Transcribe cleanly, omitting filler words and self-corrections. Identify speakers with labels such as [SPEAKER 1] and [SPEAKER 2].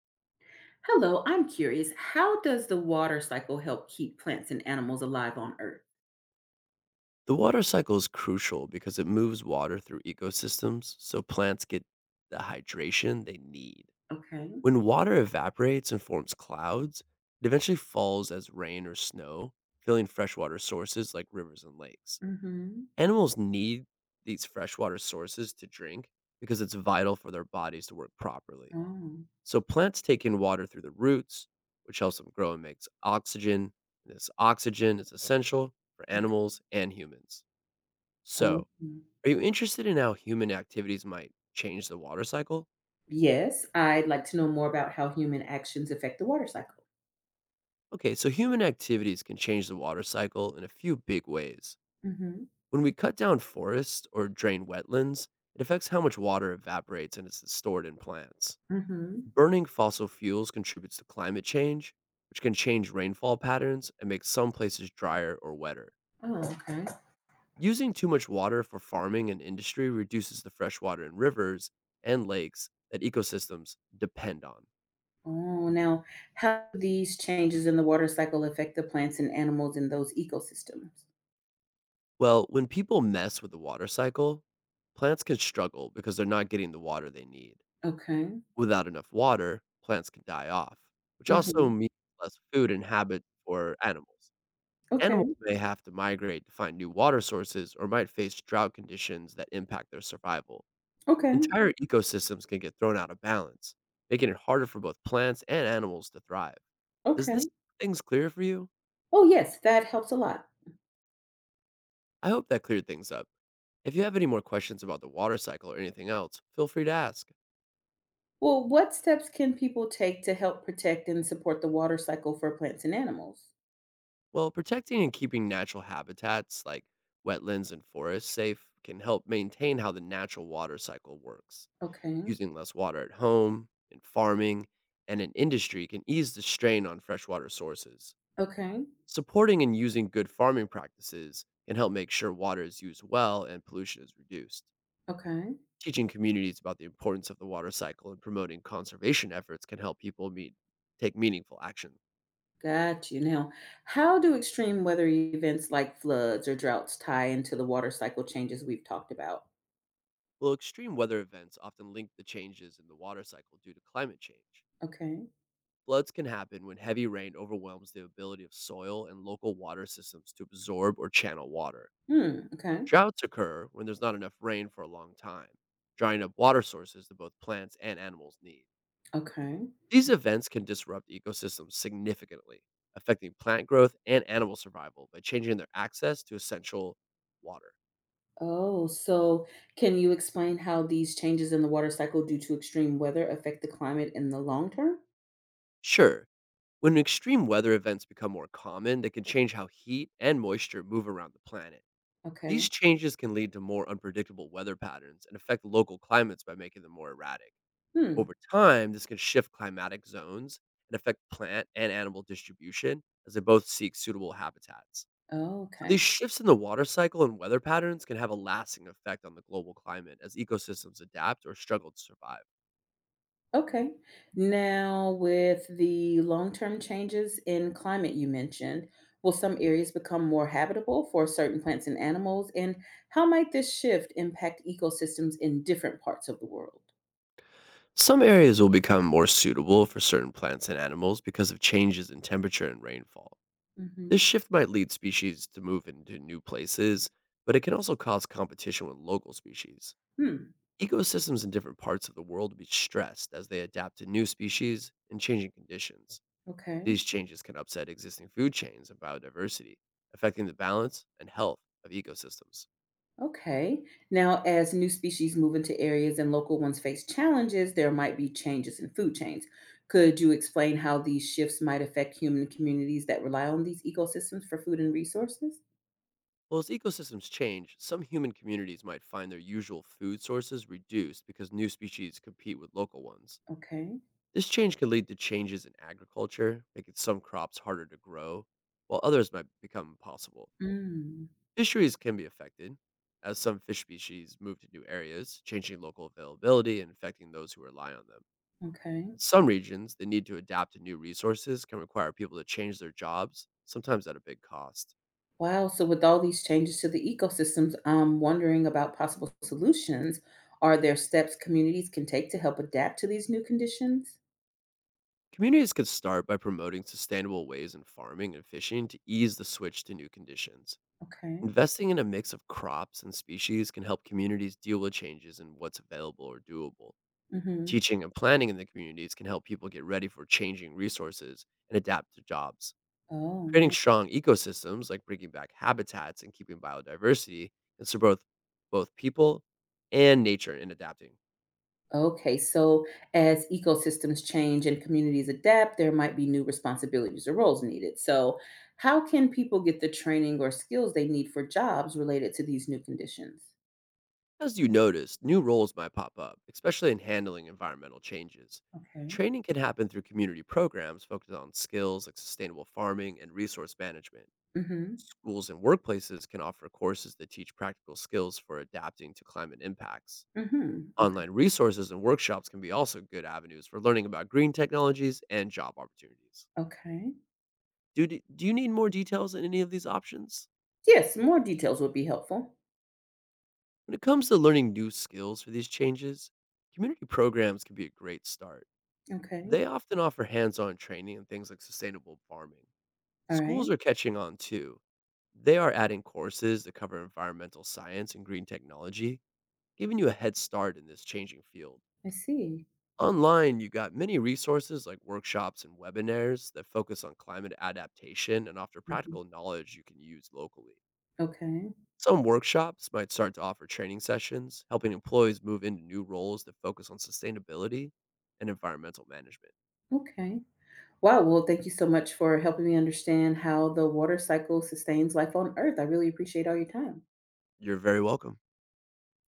[SPEAKER 1] Hello, I'm curious. How does the water cycle help keep plants and animals alive on Earth?
[SPEAKER 2] The water cycle is crucial because it moves water through ecosystems so plants get the hydration they need.
[SPEAKER 1] Okay.
[SPEAKER 2] When water evaporates and forms clouds, it eventually falls as rain or snow, filling freshwater sources like rivers and lakes.
[SPEAKER 1] Mm-hmm.
[SPEAKER 2] Animals need these freshwater sources to drink because it's vital for their bodies to work properly.
[SPEAKER 1] Oh,
[SPEAKER 2] So plants take in water through the roots, which helps them grow and makes oxygen. This oxygen is essential for
[SPEAKER 1] okay.
[SPEAKER 2] animals and humans.
[SPEAKER 1] Oh,
[SPEAKER 2] So,
[SPEAKER 1] mm.
[SPEAKER 2] are you interested in how human activities might change the water cycle?
[SPEAKER 1] Yes, I'd like to know more about how human actions affect the water cycle.
[SPEAKER 2] Okay, so human activities can change the water cycle in a few big ways.
[SPEAKER 1] Mm-hmm.
[SPEAKER 2] When we cut down forests or drain wetlands, it affects how much water evaporates and is stored in plants.
[SPEAKER 1] Mm-hmm.
[SPEAKER 2] Burning fossil fuels contributes to climate change, which can change rainfall patterns and make some places drier or wetter.
[SPEAKER 1] Oh, okay.
[SPEAKER 2] Using too much water for farming and industry reduces the freshwater in rivers and lakes that ecosystems depend on.
[SPEAKER 1] Oh, now how do these changes in the water cycle affect the plants and animals in those ecosystems?
[SPEAKER 2] Well, when people mess with the water cycle, plants can struggle because they're not getting the water they need.
[SPEAKER 1] Okay.
[SPEAKER 2] Without enough water, plants can die off, which
[SPEAKER 1] Mm-hmm.
[SPEAKER 2] also means less food and habit for animals.
[SPEAKER 1] Okay.
[SPEAKER 2] Animals may have to migrate to find new water sources or might face drought conditions that impact their survival.
[SPEAKER 1] Okay.
[SPEAKER 2] Entire ecosystems can get thrown out of balance, making it harder for both plants and animals to thrive. Does this
[SPEAKER 1] Okay.
[SPEAKER 2] things clear for you?
[SPEAKER 1] Oh, yes, that helps a lot.
[SPEAKER 2] I hope that cleared things up. If you have any more questions about the water cycle or anything else, feel free to ask.
[SPEAKER 1] Well, what steps can people take to help protect and support the water cycle for plants and animals?
[SPEAKER 2] Well, protecting and keeping natural habitats like wetlands and forests safe can help maintain how the natural water cycle works.
[SPEAKER 1] Okay,
[SPEAKER 2] Using less water at home, in farming, and in industry can ease the strain on freshwater sources.
[SPEAKER 1] okay,
[SPEAKER 2] Supporting and using good farming practices can help make sure water is used well and pollution is reduced.
[SPEAKER 1] okay.
[SPEAKER 2] Teaching communities about the importance of the water cycle and promoting conservation efforts can help people meet, take meaningful action.
[SPEAKER 1] Got you. Now, how do extreme weather events like floods or droughts tie into the water cycle changes we've talked about?
[SPEAKER 2] While extreme weather events often link the changes in the water cycle due to climate change,
[SPEAKER 1] Okay.
[SPEAKER 2] floods can happen when heavy rain overwhelms the ability of soil and local water systems to absorb or channel water.
[SPEAKER 1] Hmm. Okay.
[SPEAKER 2] Droughts occur when there's not enough rain for a long time, drying up water sources that both plants and animals need.
[SPEAKER 1] Okay.
[SPEAKER 2] These events can disrupt ecosystems significantly, affecting plant growth and animal survival by changing their access to essential water.
[SPEAKER 1] Oh, so can you explain how these changes in the water cycle due to extreme weather affect the climate in the long term?
[SPEAKER 2] Sure, when extreme weather events become more common, they can change how heat and moisture move around the planet. These
[SPEAKER 1] Okay.
[SPEAKER 2] changes can lead to more unpredictable weather patterns and affect local climates by making them more erratic.
[SPEAKER 1] Hmm.
[SPEAKER 2] Over time, this can shift climatic zones and affect plant and animal distribution as they both seek suitable habitats. So these
[SPEAKER 1] Okay.
[SPEAKER 2] shifts in the water cycle and weather patterns can have a lasting effect on the global climate as ecosystems adapt or struggle to survive.
[SPEAKER 1] Okay. Now, with the long term changes in climate you mentioned, will some areas become more habitable for certain plants and animals? And how might this shift impact ecosystems in different parts of the world?
[SPEAKER 2] Some areas will become more suitable for certain plants and animals because of changes in temperature and rainfall. This
[SPEAKER 1] Hmm.
[SPEAKER 2] shift might lead species to move into new places, but it can also cause competition with local species.
[SPEAKER 1] Hmm.
[SPEAKER 2] Ecosystems in different parts of the world will be stressed as they adapt to new species and changing conditions.
[SPEAKER 1] Okay.
[SPEAKER 2] These changes can upset existing food chains and biodiversity, affecting the balance and health of ecosystems.
[SPEAKER 1] Okay. Now, as new species move into areas and local ones face challenges, there might be changes in food chains. Could you explain how these shifts might affect human communities that rely on these ecosystems for food and resources?
[SPEAKER 2] Well, as ecosystems change, some human communities might find their usual food sources reduced because new species compete with local ones.
[SPEAKER 1] Okay.
[SPEAKER 2] This change can lead to changes in agriculture, making some crops harder to grow, while others might become impossible.
[SPEAKER 1] Mm.
[SPEAKER 2] Fisheries can be affected, as some fish species move to new areas, changing local availability and affecting those who rely on them.
[SPEAKER 1] Okay.
[SPEAKER 2] In some regions, the need to adapt to new resources can require people to change their jobs, sometimes at a big cost.
[SPEAKER 1] Wow. So with all these changes to the ecosystems, I'm wondering about possible solutions. Are there steps communities can take to help adapt to these new conditions?
[SPEAKER 2] Communities could start by promoting sustainable ways in farming and fishing to ease the switch to new conditions.
[SPEAKER 1] Okay.
[SPEAKER 2] Investing in a mix of crops and species can help communities deal with changes in what's available or doable.
[SPEAKER 1] Mm-hmm.
[SPEAKER 2] Teaching and planning in the communities can help people get ready for changing resources and adapt to jobs.
[SPEAKER 1] Oh,
[SPEAKER 2] Creating
[SPEAKER 1] nice.
[SPEAKER 2] strong ecosystems, like bringing back habitats and keeping biodiversity, can support both people and nature in adapting.
[SPEAKER 1] Okay. So as ecosystems change and communities adapt, there might be new responsibilities or roles needed. So how can people get the training or skills they need for jobs related to these new conditions?
[SPEAKER 2] As you notice, new roles might pop up, especially in handling environmental changes.
[SPEAKER 1] Okay.
[SPEAKER 2] Training can happen through community programs focused on skills like sustainable farming and resource management.
[SPEAKER 1] Mm-hmm.
[SPEAKER 2] Schools and workplaces can offer courses that teach practical skills for adapting to climate impacts.
[SPEAKER 1] Mm-hmm. Okay.
[SPEAKER 2] Online resources and workshops can be also good avenues for learning about green technologies and job opportunities.
[SPEAKER 1] Okay.
[SPEAKER 2] Do you need more details in any of these options?
[SPEAKER 1] Yes, more details would be helpful.
[SPEAKER 2] When it comes to learning new skills for these changes, community programs can be a great start.
[SPEAKER 1] Okay.
[SPEAKER 2] They often offer hands-on training in things like sustainable farming.
[SPEAKER 1] All
[SPEAKER 2] Schools
[SPEAKER 1] right.
[SPEAKER 2] are catching on too. They are adding courses that cover environmental science and green technology, giving you a head start in this changing field.
[SPEAKER 1] I see.
[SPEAKER 2] Online, you got many resources like workshops and webinars that focus on climate adaptation and offer
[SPEAKER 1] Mhm.
[SPEAKER 2] practical knowledge you can use locally.
[SPEAKER 1] Okay,
[SPEAKER 2] Some workshops might start to offer training sessions, helping employees move into new roles that focus on sustainability and environmental management.
[SPEAKER 1] okay. Wow, well, thank you so much for helping me understand how the water cycle sustains life on Earth. I really appreciate all your time.
[SPEAKER 2] You're very welcome.